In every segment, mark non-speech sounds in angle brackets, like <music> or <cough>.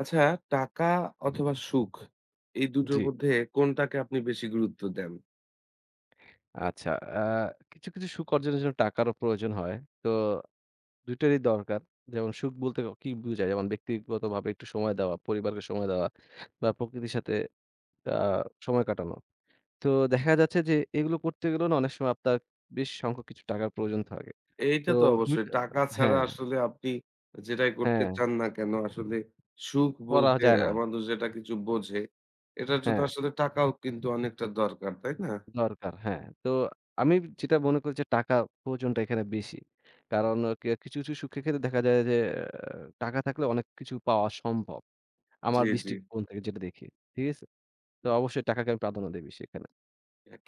আচ্ছা, টাকা অথবা সুখ এই দুটোর জি, মধ্যে কোনটাকে আপনি বেশি গুরুত্ব দেন? আচ্ছা। আ কিছু, কিছু সুখ অর্জনের জন্য টাকারও প্রয়োজন হয়। তো 2 টারই দরকার। যেমন সুখ বলতে কি বুঝায়? যেমন ব্যক্তিগতভাবে একটু সময় দেওয়া, পরিবারকে সময় দেওয়া বা প্রকৃতির সাথে আ সময় কাটানো। তো দেখা যাচ্ছে যে এগুলো করতে গেলেও না অনেক সময় আপনার বেশ সংখ্যক কিছু টাকার প্রয়োজন থাকে। এইটা তো তো 2 অবশ্যই। টা টাকা ছাড়া হ্যাঁ, আসলে আপনি যেটাই করতে হ্যাঁ, চান না কেন আসলে সুখ করা বলতে যায় না। মানুষ যেটা কিছু বোঝে, এটার জন্য হ্যাঁ। আসলে টাকাও কিন্তু অনেকটা দরকার, তাই না? দরকার, হ্যাঁ। তো আমি যেটা মনে করি যে টাকা প্রয়োজনটা এখানে বেশি। কারণ কে কিছু, কিছু সুখের ক্ষেত্রে দেখা যায় যে আ টাকা থাকলে অনেক কিছু পাওয়া সম্ভব। আমার জি, জি। দৃষ্টিকোণ থেকে যেটা দেখি। ঠিক আছে? তো অবশ্যই টাকাকে আমি প্রাধান্য দেই বেশি এখানে।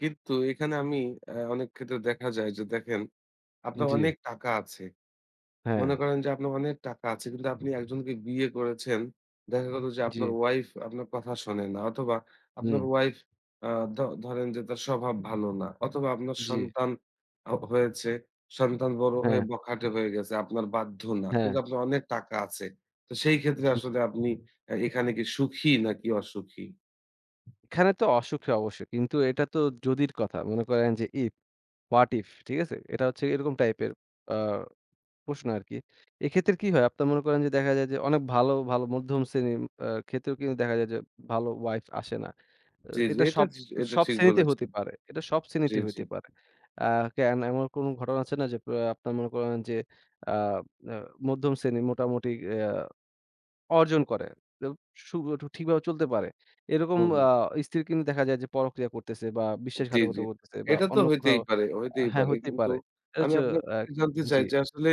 কিন্তু এখানে আমি অনেক ক্ষেত্রে দেখা যায় যে দেখেন আপনার জি, অনেক টাকা আছে। হ্যাঁ, মনে করেন যে আপনার অনেক টাকা আছে কিন্তু আপনি একজনকে বিয়ে করেছেন। দেখা গেল যে জি, আপনার ওয়াইফ আপনার কথা শোনে না অথবা হুম, আপনার ওয়াইফ আ ধ ধরেন যে তার স্বভাব ভালো না অথবা আপনার জি, সন্তান হয়েছে। সন্তান বড় হয়ে হ্যাঁ, বখাটে হয়ে গেছে। আপনার বাধ্য না। হ্যাঁ, কিন্তু আপনার অনেক টাকা আছে। তো সেই ক্ষেত্রে জি। আসলে আপনি এখানে কি সুখী নাকি অসুখী? এখানে তো অসুখে অবশ্যই। কিন্তু এটা তো যদির কথা। মনে করেন যে if, what if ঠিক আছে? এটা হচ্ছে এরকম টাইপের আ প্রশ্ন আরকি। এক্ষেত্রে কি হয়? আপনার মনে করেন যে দেখা যায় যে অনেক ভালো, ভালো মধ্যম শ্রেণীর ক্ষেত্রেও কিন্তু দেখা যায় যে ভালো ওয়াইফ আসে না। আ জি, জি। এটা এটা সব জি এটা সব ঠিক শ্রেণীতে হতে বলেছেন। পারে। এটা সব জি, শ্রেণীতে জি। হইতে পারে। আ কেন এমন কোন ঘটনা আছে না যে আপনার মনে করেন যে আ আ মধ্যম শ্রেণী মোটামুটি আ অর্জন করে। তো সু ঠিকভাবে চলতে পারে। এরকম হু, হু। স্ত্রী কিন্তু দেখা যায় যে পরক্রিয়া করতেছে বা জি, জি। বিশ্বাসঘাতকতা করতেছে বা এটা তো অন্য হইতেই কোথাও পারে, হইতেই হ্যাঁ, পারে। হইতেই কিন্তু পারে। এটা আমি হচ্ছে আপনার আ থেকে জানতে চাই জি, যে আসলে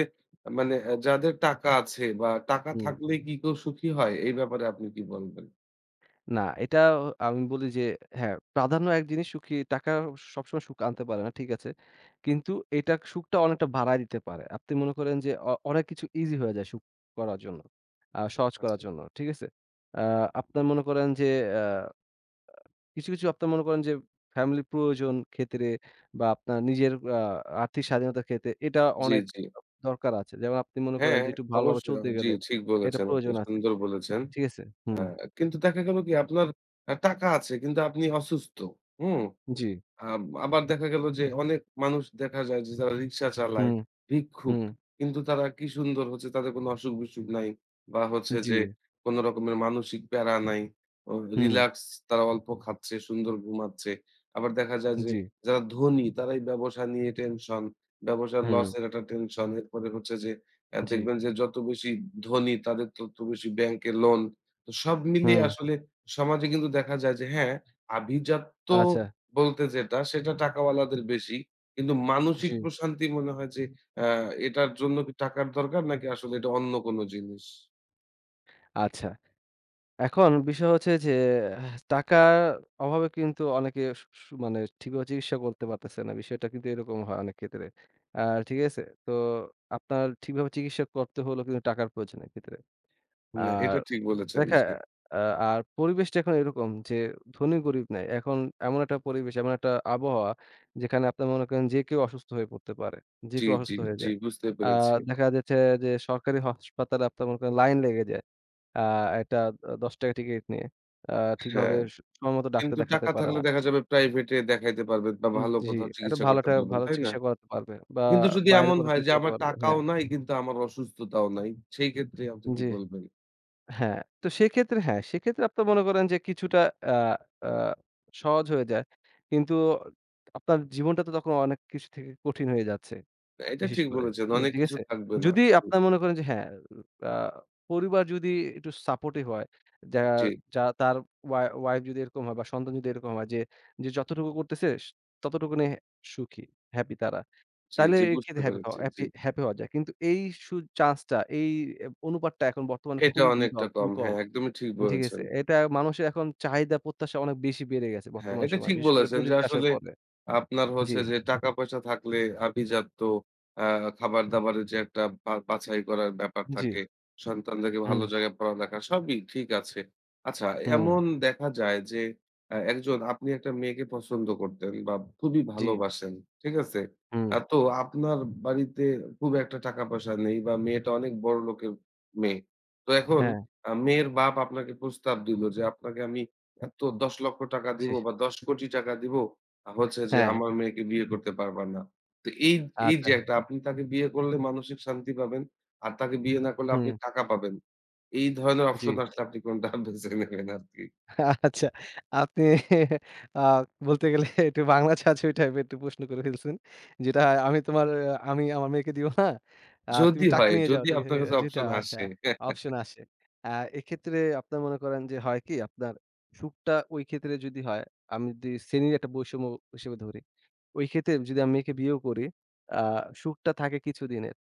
মানে যাদের টাকা আছে বা টাকা হুম। থাকলেই কি কেউ সুখী হয়? এই ব্যাপারে আপনি কি বলবেন? না, এটা আমি বলি যে হ্যাঁ, প্রাধান্য এক জিনিস সুখী টাকা সবসময় সুখ আনতে পারে না, ঠিক আছে। কিন্তু এটা সুখটা অনেকটা বাড়ায় দিতে পারে। আপনি মনে করেন যে অনেক কিছু ইজি হয়ে যায় সুখ করার জন্য, সহজ করার আচ্ছা। জন্য, ঠিক আছে? আ আপনার মনে করেন যে আ কিছু, কিছু আপনার মনে করেন যে ফ্যামিলি প্রয়োজন ক্ষেত্রে বা আপনার নিজের আ আর্থিক স্বাধীনতার ক্ষেত্রে এটা জি, অনেক জি। দরকার আছে। যেমন আপনি মনে করেন হ্যাঁ, যে একটু ভালোভাবে অবশ্যই। চলতে জি, গেলে ঠিক এটা বলেছেন আপনি। প্রয়োজন আছে, সুন্দর বলেছেন। ঠিক আছে? আ হুম, কিন্তু দেখা গেল কি আপনার টাকা আছে কিন্তু আপনি অসুস্থ। হুম? জি, আবার দেখা গেল যে অনেক মানুষ দেখা যায় যে যারা রিক্সা চালায়, হুম, ভিক্ষুক। হুম, কিন্তু তারা কি সুন্দর হচ্ছে তাদের কোনো অসুখ-বিসুখ নাই বা হচ্ছে জি, যে কোন রকমের মানসিক প্যারা নাই। অ হুম। রিল্যাক্স তারা অল্প খাচ্ছে, সুন্দর ঘুমাচ্ছে। আবার দেখা যায় যে জি, যারা ধনী তারাই ব্যবসা নিয়ে টেনশন, ব্যবসার হুম, লসের একটা টেনশন। এরপরে হচ্ছে যে জি, দেখবেন যে যত বেশি ধনী তাদের তত বেশি ব্যাংকে লোন। তো সব মিলিয়ে হুম, আসলে সমাজে কিন্তু দেখা যায় যে হ্যাঁ, আভিজাত্য আচ্ছা, বলতে যেটা সেটা টাকাওয়ালাদের বেশি। কিন্তু জি, মানসিক প্রশান্তি মনে হয় যে আ এটার জন্য কি টাকার দরকার নাকি আসলে এটা অন্য কোন জিনিস? আচ্ছা। এখন বিষয় হচ্ছে যে আহ, টাকার অভাবে কিন্তু অনেকে সু সু মানে ঠিকভাবে চিকিৎসা করতে পারতেছে না। বিষয়টা কিন্তু এরকম হয় অনেক ক্ষেত্রে। আর ঠিক আছে? তো আপনার ঠিকভাবে চিকিৎসা করতে হলেও কিন্তু টাকার প্রয়োজন এক্ষেত্রে। না, আর এটা ঠিক বলেছেন। দেখা আ আর পরিবেশটা এখন এরকম যে ধনী-গরিব নাই। এখন এমন একটা পরিবেশ, এমন একটা আবহাওয়া যেখানে আপনার মনে করেন যে কেউ অসুস্থ হয়ে পড়তে পারে। যে জি, কেউ জি, জি, অসুস্থ হয়ে জি যায়। বুঝতে আ পেরেছি। দেখা যাচ্ছে যে সরকারি হাসপাতালে আপনার মনে করেন লাইন লেগে যায়। আ একটা ৳১০ টাকার টিকেট নিয়ে। আ ঠিকভাবে হ্যাঁ, সময়মতো ডাক্তার কিন্তু দেখাতে টাকা পারে থাকলে না। দেখা যাবে প্রাইভেটে দেখাইতে পারবেন বা উম, ভালো জি, কোথাও একটা চিকিৎসা ভালো করতে একটা পারবেন, ভালো তাই না? চিকিৎসা করাতে পারবে বা কিন্তু যদি বাইরে এমন কোথাও হয় যে চিকিৎসা করতে আমার পারবে। টাকাও হ্যাঁ, নাই কিন্তু আমার অসুস্থতাও নাই, সেই ক্ষেত্রে আপনি কি জি। বলবেন? হ্যাঁ, তো সেক্ষেত্রে হ্যাঁ, সেক্ষেত্রে আপনার মনে করেন যে কিছুটা আ আ সহজ হয়ে যায়। কিন্তু আপনার জীবনটা তো তখন অনেক কিছু থেকে কঠিন হয়ে যাচ্ছে। না, এটা বিশেষ ঠিক করে, বলেছেন। অনেক ঠিক কিছু আছে? থাকবে না। যদি জি, আপনার মনে করেন যে হ্যাঁ, আ পরিবার যদি একটু সাপোর্টিভ হয়, যা জি, যা তার ওয়াইফ যদি এরকম হয় বা সন্তান যদি এরকম হয় যে, যে ততটুকু নিয়ে সুখী, হ্যাপি তারা। জি, তাহলে জি বুঝতে এক্ষেত্রে হ্যাপি পেরেছি। হওয়া জি। হ্যাপি হ্যাপি হওয়া happy- happy হওয়া যায়। কিন্তু এই চান্সটা এই অনুপাতটা এখন বর্তমানে এটা খুবই অনেকটা বিরল, কম। খুবই কম। হ্যাঁ, একদমই ঠিক ঠিক বলেছেন। আছে। এটা মানুষের এখন চাহিদা প্রত্যাশা অনেক বেশি বেড়ে গেছে হ্যাঁ, বর্তমান এটা সময়ে। ঠিক বিশেষ করে বলেছেন যে প্রযুক্তি আসার আসলে পরে। আপনার জি, হচ্ছে যে টাকা-পয়সা থাকলে আভিজাত্য, আ হুম, খাবার-দাবারের যে একটা বা বাছাই করার ব্যাপার জি, থাকে, সন্তানদেরকে হুম, ভালো জায়গায় পড়ালেখা সবই ঠিক আছে। আচ্ছা হুম, এমন দেখা যায় যে একজন আপনি একটা মেয়েকে পছন্দ করতেন বা খুবই জি, ভালোবাসেন, ঠিক আছে? হুম, তো আপনার বাড়িতে খুব একটা টাকা-পয়সা নেই বা মেয়েটা অনেক বড়লোকের মেয়ে। তো এখন হ্যাঁ, মেয়ের বাপ আপনাকে প্রস্তাব দিল যে আপনাকে আমি তো ৳১০,০০,০০০ জি, দিব বা ৳১০,০০,০০,০০০ দিব হচ্ছে যে হ্যাঁ, আমার মেয়েকে বিয়ে করতে পারবা না। তো এই এই আচ্ছা, যে একটা আপনি তাকে বিয়ে করলে মানসিক শান্তি পাবেন। আর তাকে বিয়ে না করলে আপনি হুম, টাকা পাবেন। এই ধরনের জি। অপশন আসলে আপনি কোনটা <laughs> বেছে নেবেন আরকি? আচ্ছা, আপনি আ বলতে গেলে একটু বাংলা ছাঁচুই টাইপের একটু প্রশ্ন করে ফেলছেন। যেটা আমি আমার মেয়েকে দিব না। যদি তুমি টাকা হয়, নিয়ে যাও। যদি ঠিক আপনার আছে? কাছে যেটা অপশন আচ্ছা আসে। <laughs> অপশন আসে। আ এক্ষেত্রে আপনার মনে করেন যে হয় কি আপনার সুখটা ওই ক্ষেত্রে যদি হয়, আমি যদি শ্রেণীর একটা বৈষম্য হিসেবে ধরি। ওই ক্ষেত্রে যদি আমি মেয়েকে বিয়েও করি, আ সুখটা থাকে কিছুদিনের।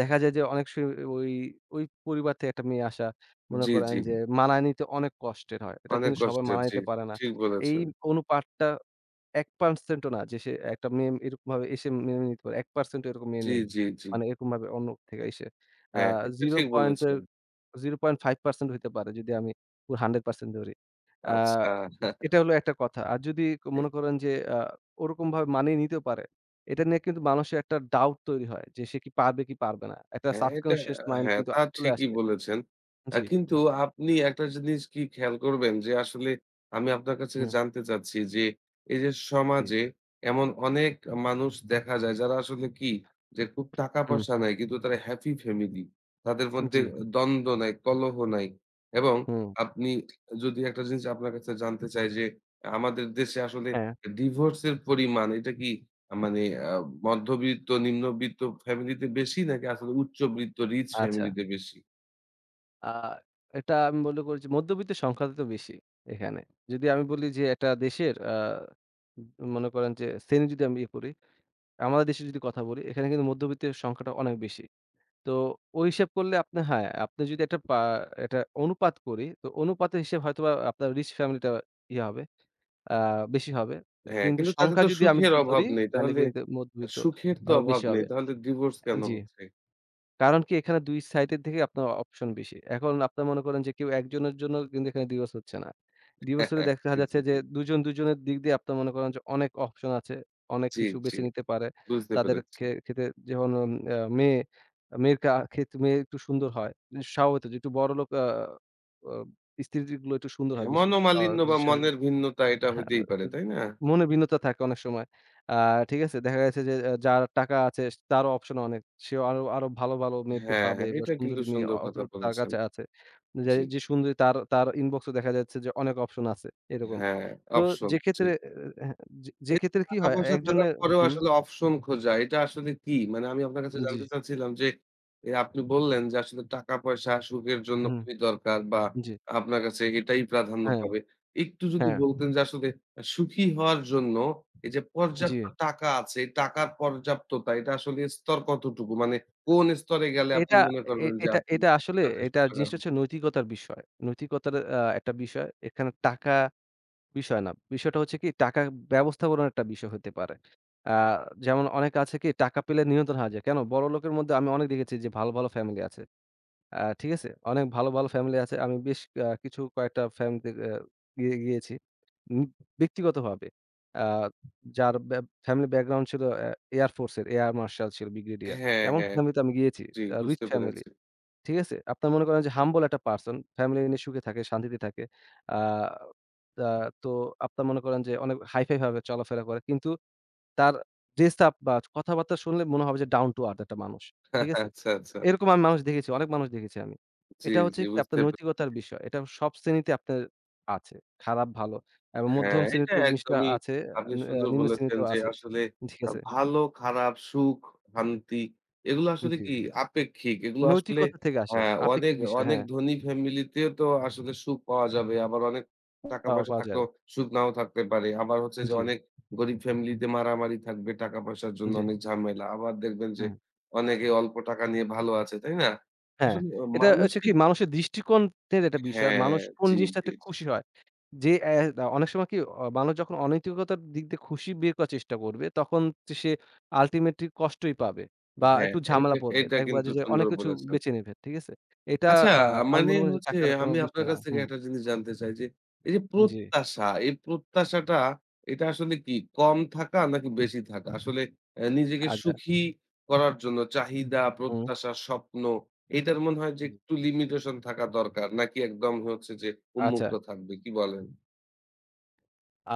দেখা যায় যে অনেক সময় ওই, ওই পরিবার থেকে একটা মেয়ে আসা মনে জি, করেন জি। যে মানায় নিতে অনেক কষ্টের হয়। এটা অনেক কিন্তু সবাই কষ্টের। মানায় জি। নিতে পারে না। ঠিক এই বলেছেন। অনুপাতটা ১% ও না যে সে একটা মেম এরকমভাবে এসে মেনে নিতে পারে। ১% ও এরকম মেনে জি, নেয়। জি, জি। মানে এরকমভাবে অন্য থেকে এসে। আ হ্যাঁ, এটা ০ ঠিক পয়েন্ট এর বলেছেন। ০.৫% হইতে পারে যদি আমি পুরো ১০০% ধরি। আ আচ্ছা। <laughs> এটা হলো একটা কথা। আর যদি মনে করেন যে আ ওরকমভাবে মানিয়ে নিতেও পারে। এটা নিয়ে কিন্তু মানুষের একটা ডাউট তৈরি হয় যে সে কি পারবে কি পারবে না। একটা হ্যাঁ, সাবকনশিয়াস মাইন্ড হ্যাঁ, কিন্তু তা চলে ঠিকই আসে। বলেছেন। জি, কিন্তু আপনি একটা জিনিস কি খেয়াল করবেন যে আসলে আমি আপনার কাছ থেকে হুম, জানতে চাচ্ছি যে এই যে জি, সমাজে এমন অনেক মানুষ দেখা যায় যারা আসলে কি যে খুব হুম, টাকা-পয়সা নাই কিন্তু তারা হ্যাপি ফ্যামিলি। তাদের মধ্যে জি, দ্বন্দ্ব নাই, কলহ নাই এবং হুম, আপনি যদি একটা জিনিস আপনার কাছে জানতে চাই যে আমাদের দেশে আসলে হ্যাঁ, ডিভোর্সের পরিমাণ এটা কি মানে আ মধ্যবিত্ত, নিম্নবিত্ত ফ্যামিলিতে বেশি নাকি আসলে উচ্চবিত্ত রিচ আচ্ছা। ফ্যামিলিতে বেশি? আ এটা আমি মনে করি যে মধ্যবিত্তের সংখ্যাটা তো বেশি এখানে। যদি আমি বলি যে একটা দেশের মনে করেন যে শ্রেণী যদি আমি ইয়ে করি, আমাদের দেশে যদি কথা বলি এখানে কিন্তু মধ্যবিত্তের সংখ্যাটা অনেক বেশি। তো ওই হিসাব করলে আপনি হ্যাঁ, আপনি যদি একটা অনুপাত করি তো অনুপাতের হিসেব হয়তোবা আপনার রিচ ফ্যামিলিটা ইয়ে হবে, আ বেশি হবে। হ্যাঁ, কিন্তু কিন্তু তাদের সংখ্যা তো যদি আমি সুখের অভাব ধরি নেই। তাহলে তাহলে কিন্তু মধ্যবিত্ত সুখের তো অভাব বেশি নেই। হবে। তাহলে ডিভোর্স কেন জি। হচ্ছে? কারণ কি এখানে 2 সাইটের থেকে আপনার অপশন বেশি। এখন আপনার মনে করেন যে কেউ একজনের জন্য কিন্তু এখানে ডিভোর্স হচ্ছে না। ডিভোর্স হলে <laughs> দেখা জি, জি, যাচ্ছে যে জি। 2 জন 2 জনের দিক দিয়ে আপনার মনে করেন যে অনেক অপশন আছে। অনেক জি, কিছু জি। বেছে নিতে পারে। বুঝতে তাদের পেরেছি। ক্ষেত্রে যেমন উম আ মেয়ে, মেয়ের কা ক্ষেত মেয়ে একটু সুন্দর হয়। স্বভাবত যে একটু বড়লোক আ আ স্ত্রীগুলো একটু সুন্দর হয় হ্যাঁ, বেশি। স মনোমালিন্য বা মনের ভিন্নতা এটা হ্যাঁ, হইতেই পারে, তাই না? মনে ভিন্নতা থাকে অনেক সময়। আ ঠিক আছে? দেখা গেছে যে যার টাকা আছে তারও অপশন অনেক। সেও আরো, আরো ভালো, ভালো মেয়েকে হ্যাঁ, পাবে হ্যাঁ, বা এটা কিন্তু সুন্দরী মেয়ে সুন্দর অ অপ কথা তার বলেছেন। কাছে আছে। যে, জি। যে সুন্দরী তার, তার ইনবক্সে দেখা যাচ্ছে যে অনেক অপশন আছে এরকম। হ্যাঁ, তো অপশন। যে জি। ক্ষেত্রে হ্যাঁ, যে যে এই ক্ষেত্রে কি হয় টাকা-পয়সা থাকার একজনের পরেও হুম, আসলে অপশন খোঁজা, এটা আসলে কি? মানে আমি আপনার কাছে জি, জানতে চাচ্ছিলাম যে, আপনি বললেন যে আসলে টাকা-পয়সা সুখের জন্য হুম, খুবই দরকার বা জি, আপনার কাছে এটাই প্রাধান্য হ্যাঁ, পাবে। একটু যদি হ্যাঁ, বলতেন যে আসলে সুখী হওয়ার জন্য এই যে জি। পর্যাপ্ত টাকা আছে, এই টাকার পর্যাপ্ততা এটা আসলে স্তর কতটুকু? মানে কোন স্তরে গেলে আপনি এটা মনে করবেন যে আপনি এটা আসলে যথেষ্ট এটা টাকার জিনিসটা হচ্ছে নৈতিকতার বিষয়। নৈতিকতার একটা বিষয়। এখানে টাকা বিষয় না। বিষয়টা হচ্ছে কি টাকা ব্যবস্থাপনার একটা বিষয় হতে পারে। আ যেমন অনেকে আছে কি টাকা পেলে নিয়ন্ত্রণ হারিয়ে যায়। কেন? বড়লোকের মধ্যে আমি অনেক দেখেছি যে ভালো, ভালো ফ্যামিলি আছে। ঠিক আছে? অনেক ভালো, ভালো ফ্যামিলি আছে। আমি বেশ আ কিছু ফ্যামিলিতে আ গিয়ে গিয়েছি। উম ব্যক্তিগতভাবে। আ যার ব্যা ফ্যামিলি ব্যাকগ্রাউন্ড ছিল এয়ার ফোর্সের, এয়ার মার্শাল ছিল, ব্রিগেডিয়ার। হ্যাঁ, এমন হ্যাঁ। ফ্যামিলিতে আমি গিয়েছি। জি, রিচ বুঝতে ফ্যামিলি। পেরেছি। ঠিক আছে? আপনার মনে করেন যে humble একটা পারসন। ফ্যামিলি নিয়ে সুখে থাকে, শান্তিতে থাকে। আ আ তো আপনার মনে করেন যে অনেক হাই-ফাই ভাবে চলাফেরা করে। কিন্তু তার ড্রেস আপ বা কথাবার্তা শুনলে মনে হবে যে down to earth একটা মানুষ। ঠিক <laughs> আছে? আচ্ছা, আচ্ছা। এরকম আমি মানুষ দেখেছি, অনেক মানুষ দেখেছি আমি। জি, এটা হচ্ছে জি কি আপনার বুঝতে পে নৈতিকতার বিষয়। এটা সব শ্রেণীতে আপনার আছে। খারাপ, ভালো। এবং মধ্যম হ্যাঁ, এটা শ্রেণীতে এই জিনিসটা একদমই আছে, আপনি আ সুন্দর নিম্ন বলেছেন শ্রেণীতেও যে আছে। আসলে ঠিক আছে? ভালো, খারাপ, সুখ, শান্তি এগুলো আসলে জি। কি আপেক্ষিক। এগুলো আসলে নৈতিকতা থেকে আ আসে। অনেক, আপেক্ষিক বিষয় অনেক হ্যাঁ, ধনী ফ্যামিলিতেও তো আসলে সুখ পাওয়া যাবে। আবার অনেক পাওয়া, টাকা-পয়সা পাওয়া যায় থাকলেও না। সুখ নাও থাকতে পারে। আবার হচ্ছে যে জি, অনেক গরিব হুম, ফ্যামিলিতে মারামারি থাকবে টাকা-পয়সার জন্য জি, অনেক ঝামেলা। আবার দেখবেন যে হুম। অনেকে অল্প টাকা নিয়ে ভালো আছে, তাই না? হ্যাঁ, আসলে এটা হচ্ছে কি মানসিক মানুষের দৃষ্টিকোণের একটা বিষয়। হ্যাঁ, মানুষ কোন জি, জি, জিনিসটাতে জি। খুশি হয়। যে অনেক সময় কি মানুষ যখন অনৈতিকতার দিক দিয়ে খুশি বের করার চেষ্টা করবে, তখন তো সে আল্টিমেটলি কষ্টই পাবে বা হ্যাঁ, একটু এটা, ঝামেলা পড়বে। এটা দেখবা কিন্তু যে, যে সুন্দর অনেক কিছু বলেছেন। বেছে নেবে। ঠিক আছে? এটা আচ্ছা আ আমি মানে মনে করি যে হচ্ছে টাকার কোন আমি আপনার বিষয় না। কাছ থেকে হুম, একটা জিনিস জানতে চাই যে, এই যে জি। প্রত্যাশা, এই প্রত্যাশাটা এটা আসলে কি কম থাকা নাকি বেশি থাকা? আসলে নিজেকে আচ্ছা, সুখী করার জন্য চাহিদা, হুম, প্রত্যাশা, স্বপ্ন এটার মনে হয় যে জি। একটু লিমিটেশন থাকা দরকার নাকি একদম হচ্ছে যে আচ্ছা। উন্মুক্ত থাকবে কি বলেন? আ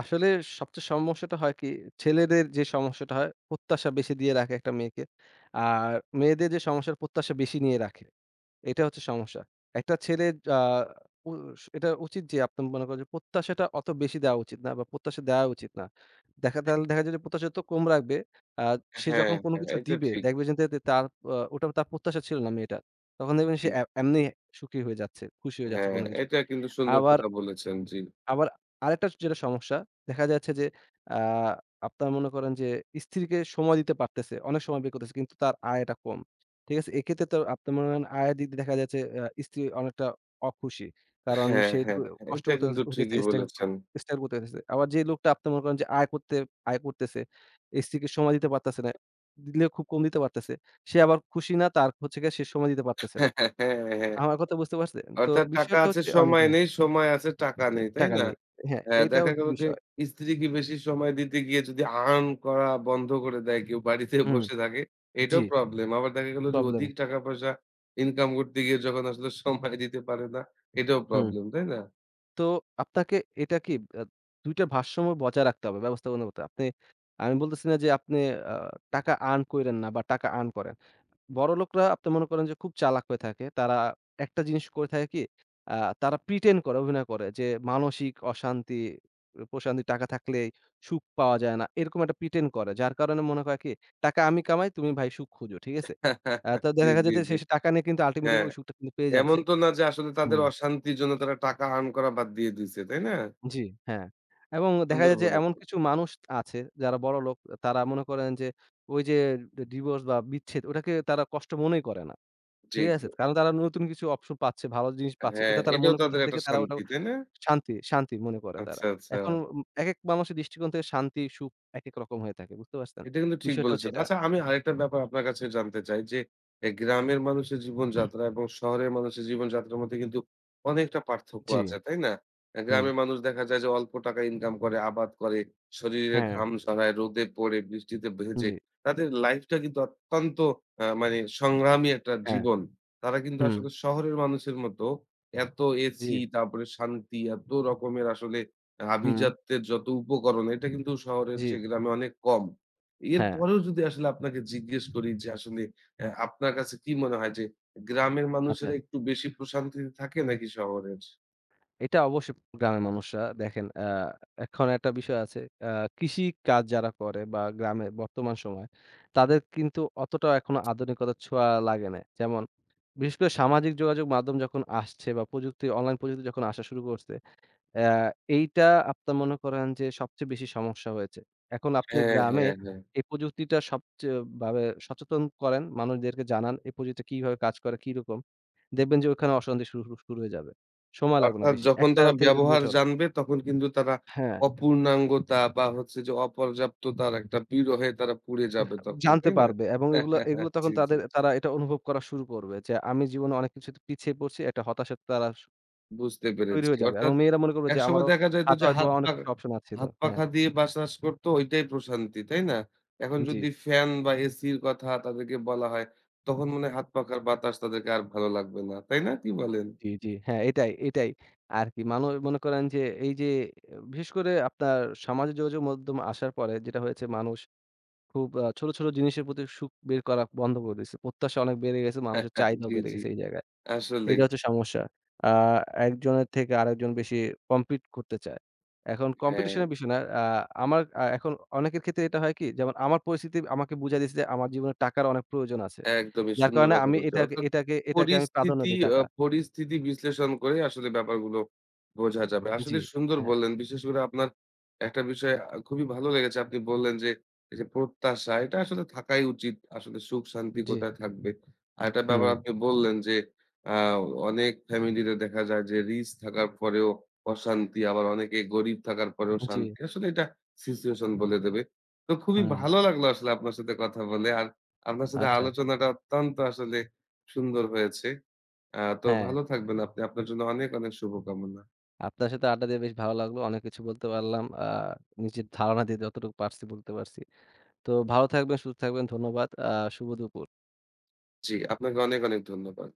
আসলে সবচেয়ে সমস্যাটা হয় কি, ছেলেদের যে সমস্যাটা হয়, প্রত্যাশা বেশি দিয়ে রাখে একটা মেয়েকে। আর মেয়েদের যে সমস্যার প্রত্যাশা বেশি নিয়ে রাখে। এটা হচ্ছে সমস্যা। একটা ছেলে আ উস এটা উচিত যে আপনার মনে করেন যে প্রত্যাশাটা অত বেশি দেওয়া উচিত না বা প্রত্যাশা দেওয়া উচিত না। তাহলে দেখা যায় যে প্রত্যাশা তো কম রাখবে। আ সে হ্যাঁ, যখন কোনো হ্যাঁ কিছু এটা দিবে ঠিক। দেখবে যে তার ওটা তার প্রত্যাশা ছিল না মেয়েটার। তখন দেখবেন জি। সে এমনি সুখী হয়ে যাচ্ছে, খুশি হয়ে যাচ্ছে হ্যাঁ, কোনো কিছুতে। এটা কিন্তু সুন্দর আবার কথা বলেছেন। জি। আবার আরেকটা যেটা সমস্যা দেখা যাচ্ছে যে আ আপনার মনে করেন যে স্ত্রীকে সময় দিতে পারতেছে। অনেক সময় বের করতেছে কিন্তু তার আয়টা কম। ঠিক আছে? এক্ষেত্রে তো আপনি মনে করেন আয়ের দিক দিয়ে দেখা যাচ্ছে স্ত্রী অনেকটা অখুশি। কারণ হ্যাঁ, সে একটু হ্যাঁ, হ্যাঁ কষ্ট এটা করতে কিন্তু হইতেছে ঠিকই বলেছেন। স্ট্রাগল করতে হইতেছে। আবার যে লোকটা আপনি মনে করেন যে আয় করতেছে, স্ত্রীকে সময় দিতে পারতেছে না। দিলেও খুব কম দিতে পারতেছে। সে আবার খুশি না তার হচ্ছে গিয়ে সে সময় দিতে <laughs> পারতেছে না। হ্যাঁ, হ্যাঁ। আমার কথা বুঝতে পারছেন? তো অর্থাৎ টাকা বিষয়টা আছে হচ্ছে অনেক সময় নেই, সময় আছে টাকা আচ্ছা, নেই। তাই টাকা না? নেই। হ্যাঁ, হ্যাঁ, এইটা দেখা হচ্ছে গেল যে বিষয়। স্ত্রীকে বেশি সময় দিতে গিয়ে যদি আর্ন করা বন্ধ করে দেয় কেউ বাড়িতে হুম, বসে থাকে, এটাও জি, প্রবলেম। আবার দেখা গেল যে প্রবলেম। অধিক টাকা-পয়সা ইনকাম করতে গিয়ে যখন আসলে সময় দিতে পারে না, এটাও হুম। প্রবলেম। তাই না? তো আপনাকে এটা কি আ 2 টা ভারসাম্য বজায় রাখতে হবে ব্যবস্থাপনার মধ্যে। আপনি আমি বলতেছি না যে আপনি আ টাকা আর্ন কইরেন না বা টাকা আর্ন করেন। বড়লোকরা আপনি মনে করেন যে খুব চালাক হয়ে থাকে। তারা একটা জিনিস করে থাকে কি, আ তারা প্রিটেন্ড করে, অভিনয় করে যে মানসিক অশান্তি, প্রশান্তি টাকা থাকলেই সুখ পাওয়া যায় না। এরকম একটা প্রিটেন্ড করে। যার কারণে মনে করে কি, টাকা আমি কামাই, তুমি ভাই সুখ খুঁজো। ঠিক আছে? <laughs> তো জি, দেখা জি, যায় যে জি। সে টাকা নিয়ে কিন্তু আল্টিমেটলি হ্যাঁ, ওই সুখটা কিন্তু পেয়ে এমন যাচ্ছে। তো না যে আসলে তাদের হুম। অশান্তির জন্য তারা টাকা আর্ন করা বাদ দিয়ে দিছে। তাই না? জি, হ্যাঁ। এবং দেখা সুন্দর যায় যে এমন বলেছেন। কিছু মানুষ আছে যারা বড়লোক, তারা মনে করেন যে ওই যে ডিভোর্স বা বিচ্ছেদ ওটাকে তারা কষ্ট মনেই করে না। জি, ঠিক জি। আছে? কারণ তারা নতুন কিছু অপশন পাচ্ছে, ভালো জিনিস পাচ্ছে। হ্যাঁ, এটা তারা এটাও মনে তাদের করতেছে একটা দেখে তারা ওটা শান্তি। তাই না? শান্তি, শান্তি মনে করে তারা। আচ্ছা, আচ্ছা। এখন উম একেক মানুষের দৃষ্টিকোণ থেকে শান্তি, সুখ একেক রকম হয়ে থাকে। বুঝতে পারছেন? এটা কিন্তু ঠিক বিষয়টা হচ্ছে বলেছেন। এটা। আচ্ছা আমি আরেকটা ব্যাপার আপনার কাছে জানতে চাই যে, গ্রামের মানুষের জীবনযাত্রা এবং শহরের মানুষের জীবনযাত্রার মধ্যে কিন্তু অনেকটা পার্থক্য জি, আছে, তাই না? হুম, গ্রামের মানুষ দেখা যায় যে অল্প টাকা ইনকাম করে, আবাদ করে, শরীরে হ্যাঁ, ঘাম ঝরায়, রোদে পড়ে, বৃষ্টিতে ভেজে। জি, তাদের লাইফটা কিন্তু অত্যন্ত মানে সংগ্রামী একটা হ্যাঁ, জীবন। তারা কিন্তু হুম, আসলে শহরের মানুষের মতো এত জি, এসি, তারপরে শান্তি, এত রকমের আসলে হুম, আভিজাত্যের যত উপকরণ, এটা কিন্তু শহরের জি, চেয়ে গ্রামে অনেক কম। হ্যাঁ, এরপরেও যদি আসলে আপনাকে জিজ্ঞেস করি যে আসলে আপনার কাছে কি মনে হয় যে গ্রামের আচ্ছা। মানুষেরা একটু বেশি প্রশান্তিতে থাকে নাকি শহরের? এটা অবশ্যই গ্রামের মানুষরা দেখেন এখন একটা বিষয় আছে। আ কৃষি কাজ যারা করে বা গ্রামে বর্তমান সময়ে তাদের কিন্তু অতটা এখনো আধুনিকতার ছোঁয়া লাগে নাই। যেমন বিশেষ করে সামাজিক যোগাযোগ মাধ্যম যখন আসছে বা প্রযুক্তি অনলাইন প্রযুক্তি যখন আসা শুরু করছে, অ্যা এইটা আপনার মনে করেন যে সবচেয়ে বেশি সমস্যা হয়েছে। এখন আপনি হ্যাঁ, গ্রামে হ্যাঁ, হ্যাঁ। এই প্রযুক্তিটা সবচেয়ে ভাবে সচেতন করেন, মানুষদেরকে জানান এই প্রযুক্তিটা কিভাবে কাজ করে, কিরকম। দেখবেন যে ওখানে অশান্তি শুরু, শুরু শুরু হয়ে যাবে। সময় লাগবে না অর্থাৎ বেশি। যখন 1 টা তারা থেকে 2 ব্যবহার বছর জানবে তখন কিন্তু তারা হ্যাঁ, অপূর্ণাঙ্গতা বা হচ্ছে যে অপর্যাপ্ততার একটা বিরহে তারা পুড়ে যাবে তখন, জানতে তাই না? পারবে এবং এগুলো, এগুলো <laughs> জি, তখন জি, তাদের জি। তারা এটা অনুভব করা শুরু করবে যে আমি জীবনে অনেক কিছুতে পিছিয়ে পড়ছি। একটা হতাশা তারা স বুঝতে তৈরি পেরেছি। হয়ে যাবে এবং অর্থাৎ মেয়েরা মনে করবে যে একসময় আমারও দেখা যাইত হাতে যে হয়তোবা অনেক কিছু অপশন আছিল। হাত হ্যাঁ, পাখা দিয়ে বাতাস করত ওইটাই প্রশান্তি, তাই না? এখন জি, যদি ফ্যান বা এসির কথা তাদেরকে বলা হয়, তখন মনে হয় হাত পাখার বাতাস তাদেরকে আর ভালো লাগবে না। তাই না? কি বলেন? জি, জি। হ্যাঁ, এটাই, এটাই আরকি। মানুষ মনে করেন যে এই যে আহ, বিশেষ করে আপনার সামাজিক যোগাযোগ মাধ্যম আসার পরে যেটা হয়েছে মানুষ খুব ছোট, ছোট জিনিসের প্রতি সুখ বের করা বন্ধ করে দিয়েছে। প্রত্যাশা অনেক বেড়ে গেছে, মানুষের <laughs> চাহিদাও জি, বেড়ে জি। গেছে এই জায়গায়। এটা আসলেই। হচ্ছে সমস্যা। আ একজনের থেকে আরেকজন বেশি কম্পিট করতে চায়। এখন হ্যাঁ। কম্পিটিশন এর বিষয় না। আ আমার আ এখন অনেকের ক্ষেত্রে এটা হয় কি? যেমন আমার পরিস্থিতি আমাকে বুঝায় দিয়েছে যে আমার জীবনে টাকার অনেক প্রয়োজন আছে। একদমই যার সুন্দর কারণে কথা আমি বলেছেন। এটাকে অর্থাৎ এটাকে এটাকে আমি প্রাধান্য দেই টাকা। পরিস্থিতি বিশ্লেষণ করে আসলে ব্যাপারগুলো বোঝা যাবে। জি, আসলে সুন্দর হ্যাঁ, বললেন। বিশেষ করে আপনার একটা বিষয় খুবই ভালো লেগেছে। আপনি বললেন যে, এই যে প্রত্যাশা এটা আসলে থাকাই উচিত। আসলে সুখ শান্তি জি, কোথায় থাকবে? আর একটা ব্যাপার হুম, আপনি বললেন যে, আ অনেক ফ্যামিলিতে দেখা যায় যে রিচ থাকার পরেও অশান্তি, আবার অনেকে গরিব থাকার পরেও জি, শান্তি। আসলে এটা সিচুয়েশন বলে দেবে। তো খুবই হুম, ভালো লাগলো আসলে আপনার সাথে কথা বলে। আর আপনার সাথে আচ্ছা। আলোচনাটা অত্যন্ত আসলে সুন্দর হয়েছে। তো হ্যাঁ, ভালো থাকবেন আপনি। আপনার জন্য অনেক, অনেক শুভকামনা। আপনার সাথে আড্ডা দিয়ে বেশ ভালো লাগলো। অনেক কিছু বলতে পারলাম। নিজের ধারণা দিয়ে যতটুকু পারছি বলতে পারছি। তো ভালো থাকবেন, সুস্থ থাকবেন। ধন্যবাদ। শুভ দুপুর। জি, আপনাকে অনেক, অনেক ধন্যবাদ।